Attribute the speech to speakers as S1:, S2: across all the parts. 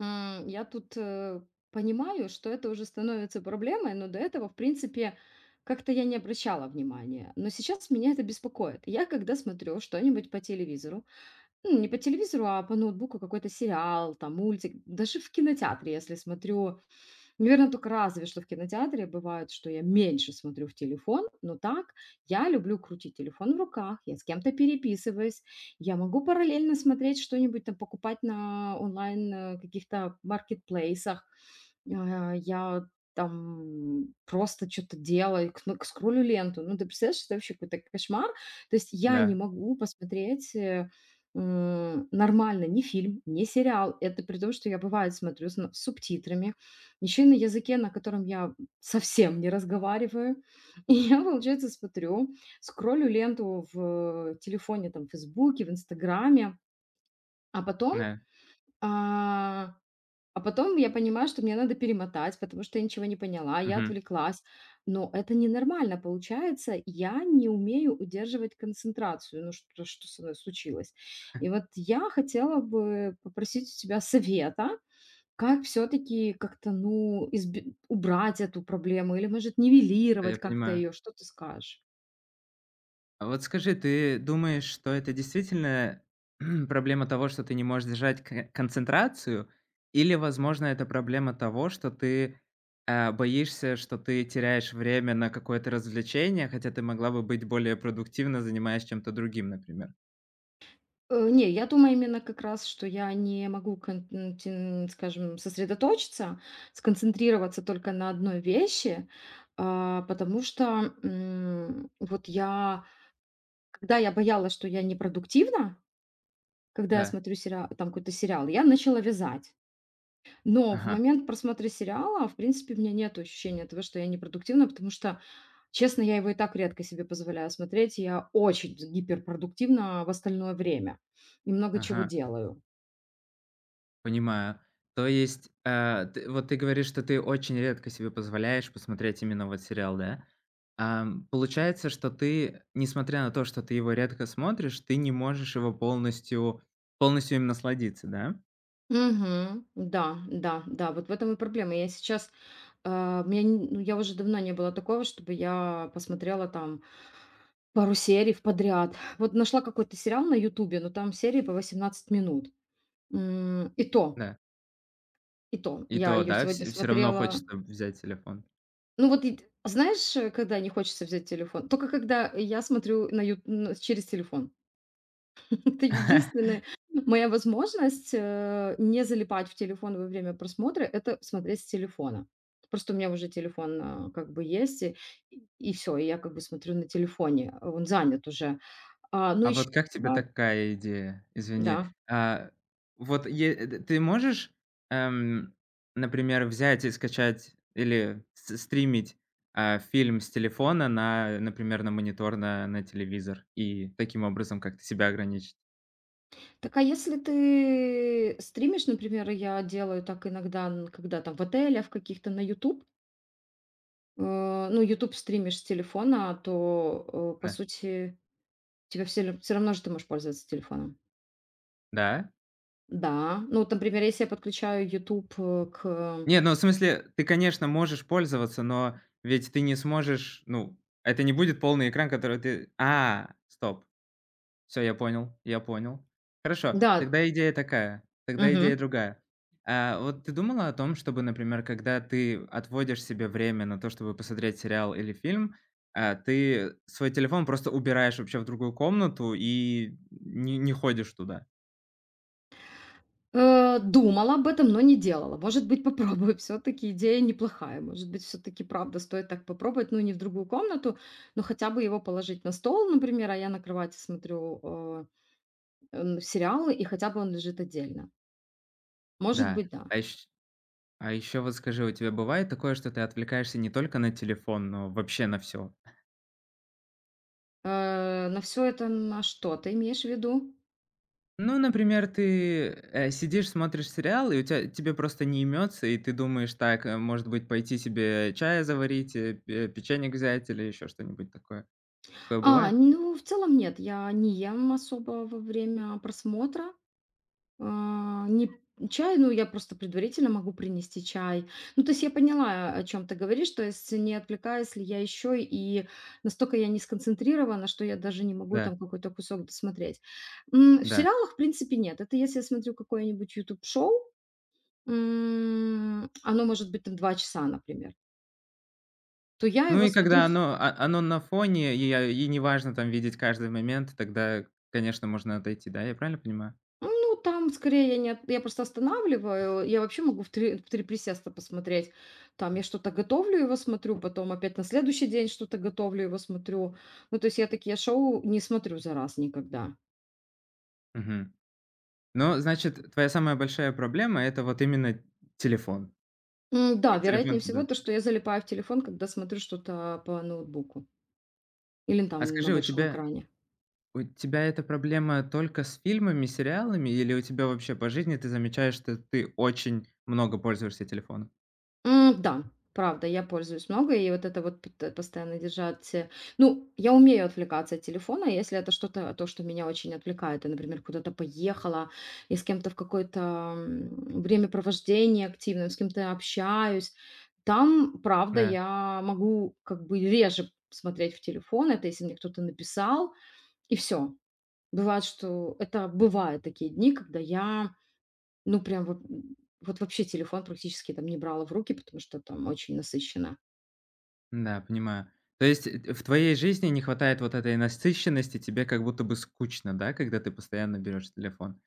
S1: Я тут, понимаю, что это уже становится проблемой, но до этого, в принципе, как-то я не обращала внимания. Но сейчас меня это беспокоит. Я когда смотрю что-нибудь по телевизору, ну, не по телевизору, а по ноутбуку какой-то сериал, там, мультик. Даже в кинотеатре, если смотрю. Наверное, только разве что в кинотеатре бывает, что я меньше смотрю в телефон, но так я люблю крутить телефон в руках, я с кем-то переписываюсь, я могу параллельно смотреть что-нибудь там, покупать на онлайн каких-то маркетплейсах. А, я там просто что то делаю, кн скроллю ленту. Ну, ты представляешь, это вообще какой-то кошмар. То есть я не
S2: Да,
S1: могу посмотреть, нормально ни фильм, ни сериал. Это при том, что я, бывает, смотрю с субтитрами, еще и на языке, на котором я совсем не разговариваю. И я, получается, смотрю, скроллю ленту в телефоне, там, в "Фейсбуке", в "Инстаграме", а потом,
S2: да,
S1: а а потом я понимаю, что мне надо перемотать, потому что я ничего не поняла, я
S2: мгм,
S1: отвлеклась. Но это ненормально получается. Я не умею удерживать концентрацию. Ну что со мной случилось? И вот я хотела бы попросить у тебя совета, как все-таки как-то, ну, убрать эту проблему или, может,
S2: да,
S1: нивелировать
S2: я
S1: как-то
S2: понимаю.
S1: ее. Что ты скажешь?
S2: А вот скажи, ты думаешь, что это действительно проблема того, что ты не можешь держать к концентрацию, или, возможно, это проблема того, что ты, боишься, что ты теряешь время на какое-то развлечение, хотя ты могла бы быть более продуктивно занимаясь чем-то другим, например?
S1: Не, я думаю именно как раз, что я не могу, кон м, тин скажем, сосредоточиться, сконцентрироваться только на одной вещи, потому что, вот я, когда я боялась, что я непродуктивна, когда я
S2: Да,
S1: смотрю сериал, там какой-то сериал, я начала вязать. Но в
S2: ага,
S1: момент просмотра сериала, в принципе, у меня нет ощущения того, что я непродуктивна, потому что, честно, я его и так редко себе позволяю смотреть. Я очень гиперпродуктивна в остальное время и много чего
S2: ага.
S1: делаю.
S2: Понимаю. То есть, ты говоришь, что ты очень редко себе позволяешь посмотреть именно вот сериал, да? Получается, что ты, несмотря на то, что ты его редко смотришь, ты не можешь его полностью им насладиться, да?
S1: Мгм. Да, да, да, вот в этом и проблема. Я сейчас, у меня, ну, я уже давно не было такого, чтобы я посмотрела там пару серий в подряд. Вот нашла какой-то сериал на Ютубе, но там серии по 18 минут. И то,
S2: Да.
S1: и то.
S2: И
S1: Я
S2: то,
S1: ее
S2: да,
S1: сегодня
S2: все всё равно
S1: смотрела.
S2: хочется взять телефон.
S1: Ну вот, знаешь, когда не хочется взять телефон? Только когда я смотрю через телефон. Это единственная моя возможность, не залипать в телефон во время просмотра - это смотреть с телефона. Просто у меня уже телефон, как бы есть, и все и я как бы смотрю на телефоне, а он занят уже. А, ну,
S2: А
S1: еще.
S2: вот как тебе такая идея? Извини.
S1: Да.
S2: А, вот ты можешь, эм, например, взять и скачать или с стримить, фильм с телефона на, например, на монитор, на телевизор и таким образом как-то себя ограничить?
S1: Так, а если ты стримишь, например, я делаю так иногда, н когда там в отелях каких-то на "Ютуб", ну, "Ютуб" стримишь с телефона, то, по
S2: Да.
S1: сути, тебя все ль равно же ты можешь пользоваться телефоном.
S2: Да?
S1: Да, ну вот, например, если я подключаю YouTube к.
S2: Не, ну, в смысле, ты, конечно, можешь пользоваться, но ведь ты не сможешь, ну, это не будет полный экран, который ты. А, стоп. Все, я понял, я понял. Хорошо,
S1: Да,
S2: тогда идея такая, тогда идея
S1: мгм.
S2: другая. Вот ты думала о том, чтобы, например, когда ты отводишь себе время на то, чтобы посмотреть сериал или фильм, ты свой телефон просто убираешь вообще в другую комнату и не ходишь туда?
S1: Думала об этом, но не делала. Может быть, попробую, все таки идея неплохая. Может быть, все таки правда стоит так попробовать, ну, не в другую комнату, но хотя бы его положить на стол, например, а я на кровати смотрю, э, н сериалы, и хотя бы он лежит отдельно. Может
S2: Да.
S1: быть, да.
S2: А ещ а еще вот скажи, у тебя бывает такое, что ты отвлекаешься не только на телефон, но вообще на все?
S1: На все это - на что ты имеешь в виду?
S2: Ну, например, ты, сидишь, смотришь сериал, и у тебя тебе просто не имется, и ты думаешь: «Так, может быть, пойти себе чая заварить, пе печенье взять или еще что-нибудь такое». Такое
S1: А,
S2: бывает?
S1: ну, в целом нет, я не ем особо во время просмотра. А, не чай, ну, я просто предварительно могу принести чай. Ну, то есть я поняла, о чем ты говоришь, то есть не отвлекаюсь ли я еще и настолько я не сконцентрирована, что я даже не могу
S2: Да,
S1: там какой-то кусок досмотреть. В
S2: да.
S1: сериалах, в принципе, нет. Это если я смотрю какое-нибудь YouTube-шоу, оно может быть там 2 часа, например, то я
S2: Ну
S1: его
S2: и
S1: смотрю.
S2: когда оно на фоне, и неважно там видеть каждый момент, тогда, конечно, можно отойти, да? Я правильно понимаю?
S1: Ну, там скорее я не от я просто останавливаю. Я вообще могу в три присеста посмотреть. Там я что-то готовлю, его смотрю, потом опять на следующий день что-то готовлю, его смотрю. Ну, то есть я такие шоу не смотрю за раз никогда.
S2: Мгм. Ну, значит, твоя самая большая проблема- это вот именно телефон.
S1: Да,
S2: Вот телефон
S1: вероятнее
S2: тебя
S1: всего то, что я
S2: отвлекает.
S1: залипаю в телефон, когда смотрю что-то по ноутбуку или
S2: А
S1: там на
S2: скажи, у
S1: большом
S2: тебя
S1: экране.
S2: У тебя эта проблема только с фильмами, сериалами или у тебя вообще по жизни ты замечаешь, что ты очень много пользуешься телефоном?
S1: Да, правда, я пользуюсь много, и вот это вот пот постоянно держать. Ну, я умею отвлекаться от телефона, если это что-то, то, что меня очень отвлекает. Я, например, куда-то поехала, и с кем-то в какое-то, времяпровождение активное, с кем-то общаюсь. Там, правда,
S2: Да,
S1: я могу как бы реже смотреть в телефон. Это если мне кто-то написал, и все. Бывает, что это бывают такие дни, когда я ну, прям вот, вот вообще телефон практически там не брала в руки, потому что там очень насыщенно.
S2: да, понимаю. То есть, в твоей жизни не хватает вот этой насыщенности, тебе как будто бы скучно, да, когда ты постоянно берешь телефон?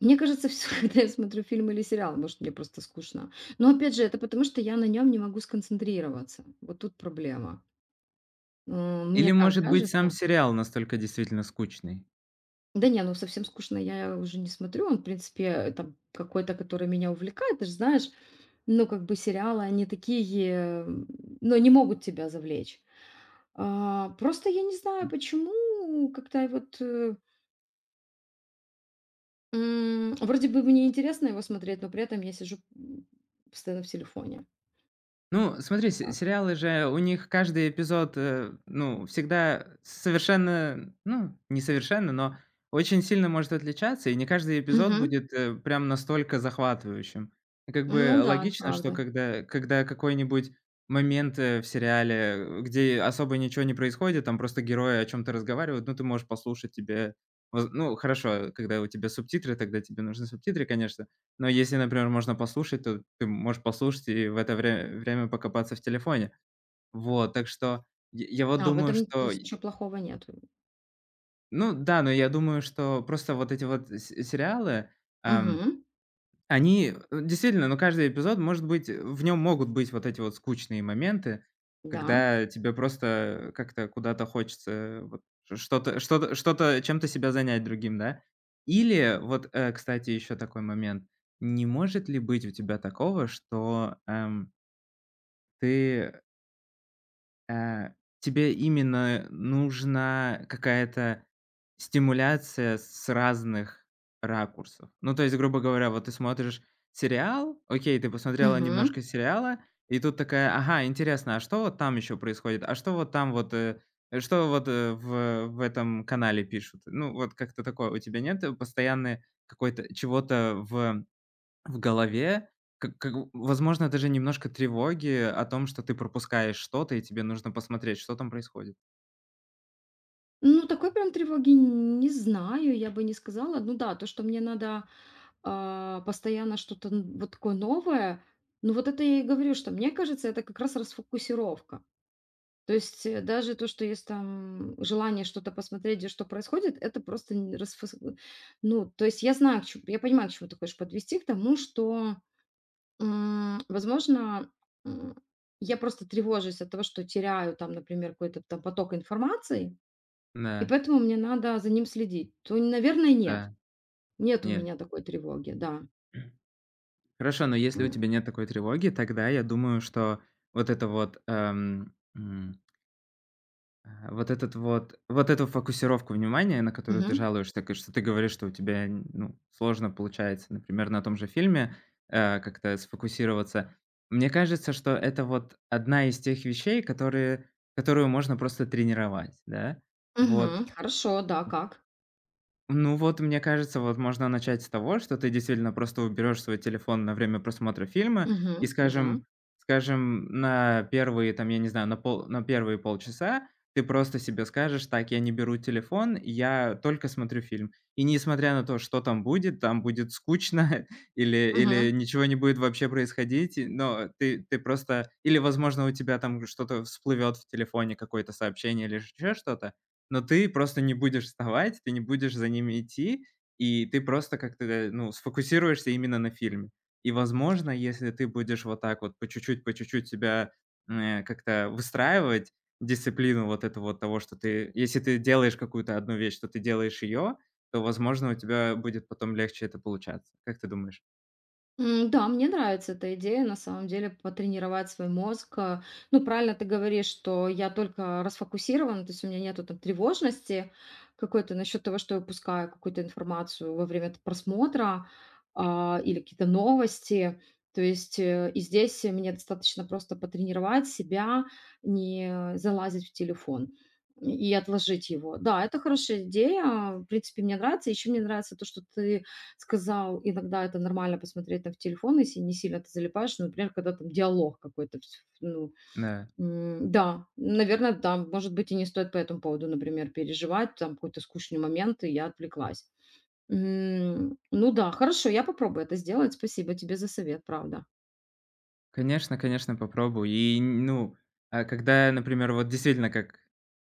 S1: Мне кажется, все, когда я смотрю фильм или сериал, может, мне просто скучно. Но опять же, это потому, что я на нем не могу сконцентрироваться. Вот тут проблема. Мне
S2: Или,
S1: так
S2: может быть, сам
S1: кажется.
S2: сериал настолько действительно скучный?
S1: Да не, ну совсем скучно я уже не смотрю. Он, в принципе, там какой-то, который меня увлекает. Ты же знаешь, ну, как бы сериалы, они такие, ну, они могут тебя завлечь. А, просто я не знаю, почему, когда я вот, вроде бы мне интересно его смотреть, но при этом я сижу, постоянно в телефоне.
S2: Ну, смотри,
S1: Как-то
S2: се
S1: так.
S2: сериалы же, у них каждый эпизод, ну, всегда совершенно, ну, не совершенно, но очень сильно может отличаться, и не каждый эпизод
S1: Мгм.
S2: будет, прям настолько захватывающим. И как
S1: Ну
S2: бы
S1: да,
S2: логично, что
S1: правда.
S2: когда какой-нибудь момент, в сериале, где особо ничего не происходит, там просто герои о чем то разговаривают, ну, ты можешь послушать, тебе воз ну, хорошо, когда у тебя субтитры, тогда тебе нужны субтитры, конечно. Но если, например, можно послушать, то ты можешь послушать и в это время покопаться в телефоне. Вот, так что я вот
S1: А, в
S2: думаю,
S1: этом, то
S2: что,
S1: есть, ничего плохого нет.
S2: ну да, но я думаю, что просто вот эти вот се сериалы,
S1: Мгм.
S2: они, действительно, но каждый эпизод может быть, в нем могут быть вот эти вот скучные моменты,
S1: Да.
S2: когда тебе просто как-то куда-то хочется вот ш что-то чем-то себя занять другим, да? Или вот, кстати, еще такой момент. Не может ли быть у тебя такого, что, ты, Э, тебе именно нужна какая-то стимуляция с разных ракурсов. Ну, то есть, грубо говоря, вот ты смотришь сериал, окей, ты посмотрела
S1: Мгм.
S2: немножко сериала, и тут такая: «Ага, интересно, а что вот там еще происходит? А что вот там вот, что вот, в этом канале пишут?» Ну, вот как-то такое. У тебя нет постоянной какой-то чего-то в голове как возможно, даже немножко тревоги о том, что ты пропускаешь что-то, и тебе нужно посмотреть, что там происходит.
S1: Ну, такой прям тревоги не знаю, я бы не сказала. Ну да, то, что мне надо, постоянно что-то н вот такое новое, ну вот это я и говорю, что мне кажется, это как раз расфокусировка. То есть, даже то, что есть там желание что-то посмотреть, где что происходит, это просто ну, то есть я понимаю, к чему ты хочешь подвести, к тому, что, возможно, м, я просто тревожусь от того, что теряю там, например, какой-то там поток информации, и
S2: Да,
S1: поэтому мне надо за ним следить. То, наверное, нет.
S2: да,
S1: Нет у
S2: нет.
S1: меня такой тревоги, да.
S2: Хорошо, но если у
S1: М.
S2: тебя нет такой тревоги, тогда я думаю, что вот это вот, Ага, вот этот вот вот эту фокусировку внимания, на которую ты
S1: Мгм.
S2: жалуешься, к что ты говоришь, что у тебя, н ну, сложно получается, например, на том же фильме, как-то сфокусироваться. Мне кажется, что это вот одна из тех вещей, которые которую можно просто тренировать, да. Вот,
S1: Мгм. Хорошо, да, как?
S2: ну вот, мне кажется, вот можно начать с того, что ты действительно просто уберешь свой телефон на время просмотра фильма и,
S1: Мгм. Да.
S2: скажем, на первые, там, я не знаю, на первые полчаса ты просто себе скажешь: «Так, я не беру телефон, я только смотрю фильм». И несмотря на то, что там будет скучно или
S1: Мгм.
S2: или ничего не будет вообще происходить, но ты просто или, возможно, у тебя там что-то всплывет в телефоне, какое-то сообщение или еще что-то. Но ты просто не будешь вставать, ты не будешь за ними идти, и ты просто как-то, ну, сфокусируешься именно на фильме. И, возможно, если ты будешь вот так вот по чуть-чуть себя, как-то выстраивать, дисциплину вот этого вот того, что ты если ты делаешь какую-то одну вещь, то ты делаешь ее, то, возможно, у тебя будет потом легче это получаться. Как ты думаешь?
S1: Да, мне нравится эта идея, на самом деле, потренировать свой мозг. Ну, правильно ты говоришь, что я только расфокусирована, то есть у меня нету там тревожности какой-то насчет того, что я упускаю какую-то информацию во время просмотра или какие-то новости. То есть и здесь мне достаточно просто потренировать себя, не залазить в телефон и отложить его. Да, это хорошая идея. В принципе, мне нравится. Еще мне нравится то, что ты сказал, иногда это нормально посмотреть там в телефон, если не сильно ты залипаешь, ну, например, когда там диалог какой-то, ну,
S2: Да.
S1: да, наверное, да, может быть, и не стоит по этому поводу, например, переживать, там какой-то скучный момент, и я отвлеклась. Ну да, хорошо, я попробую это сделать, спасибо тебе за совет, правда.
S2: Конечно, конечно, попробую. И, ну, а когда, например, вот действительно, как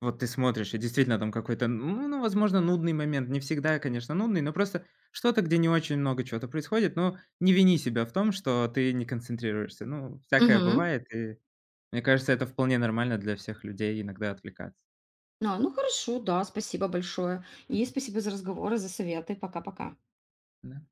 S2: вот ты смотришь, и действительно там какой-то, ну, возможно, нудный момент. Не всегда, конечно, нудный, но просто что-то, где не очень много чего-то происходит. Но не вини себя в том, что ты не концентрируешься. Ну, всякое
S1: Мгм.
S2: бывает, и мне кажется, это вполне нормально для всех людей иногда отвлекаться.
S1: А, ну хорошо, да, спасибо большое. И спасибо за разговоры, за советы. Пока-пока.
S2: Да.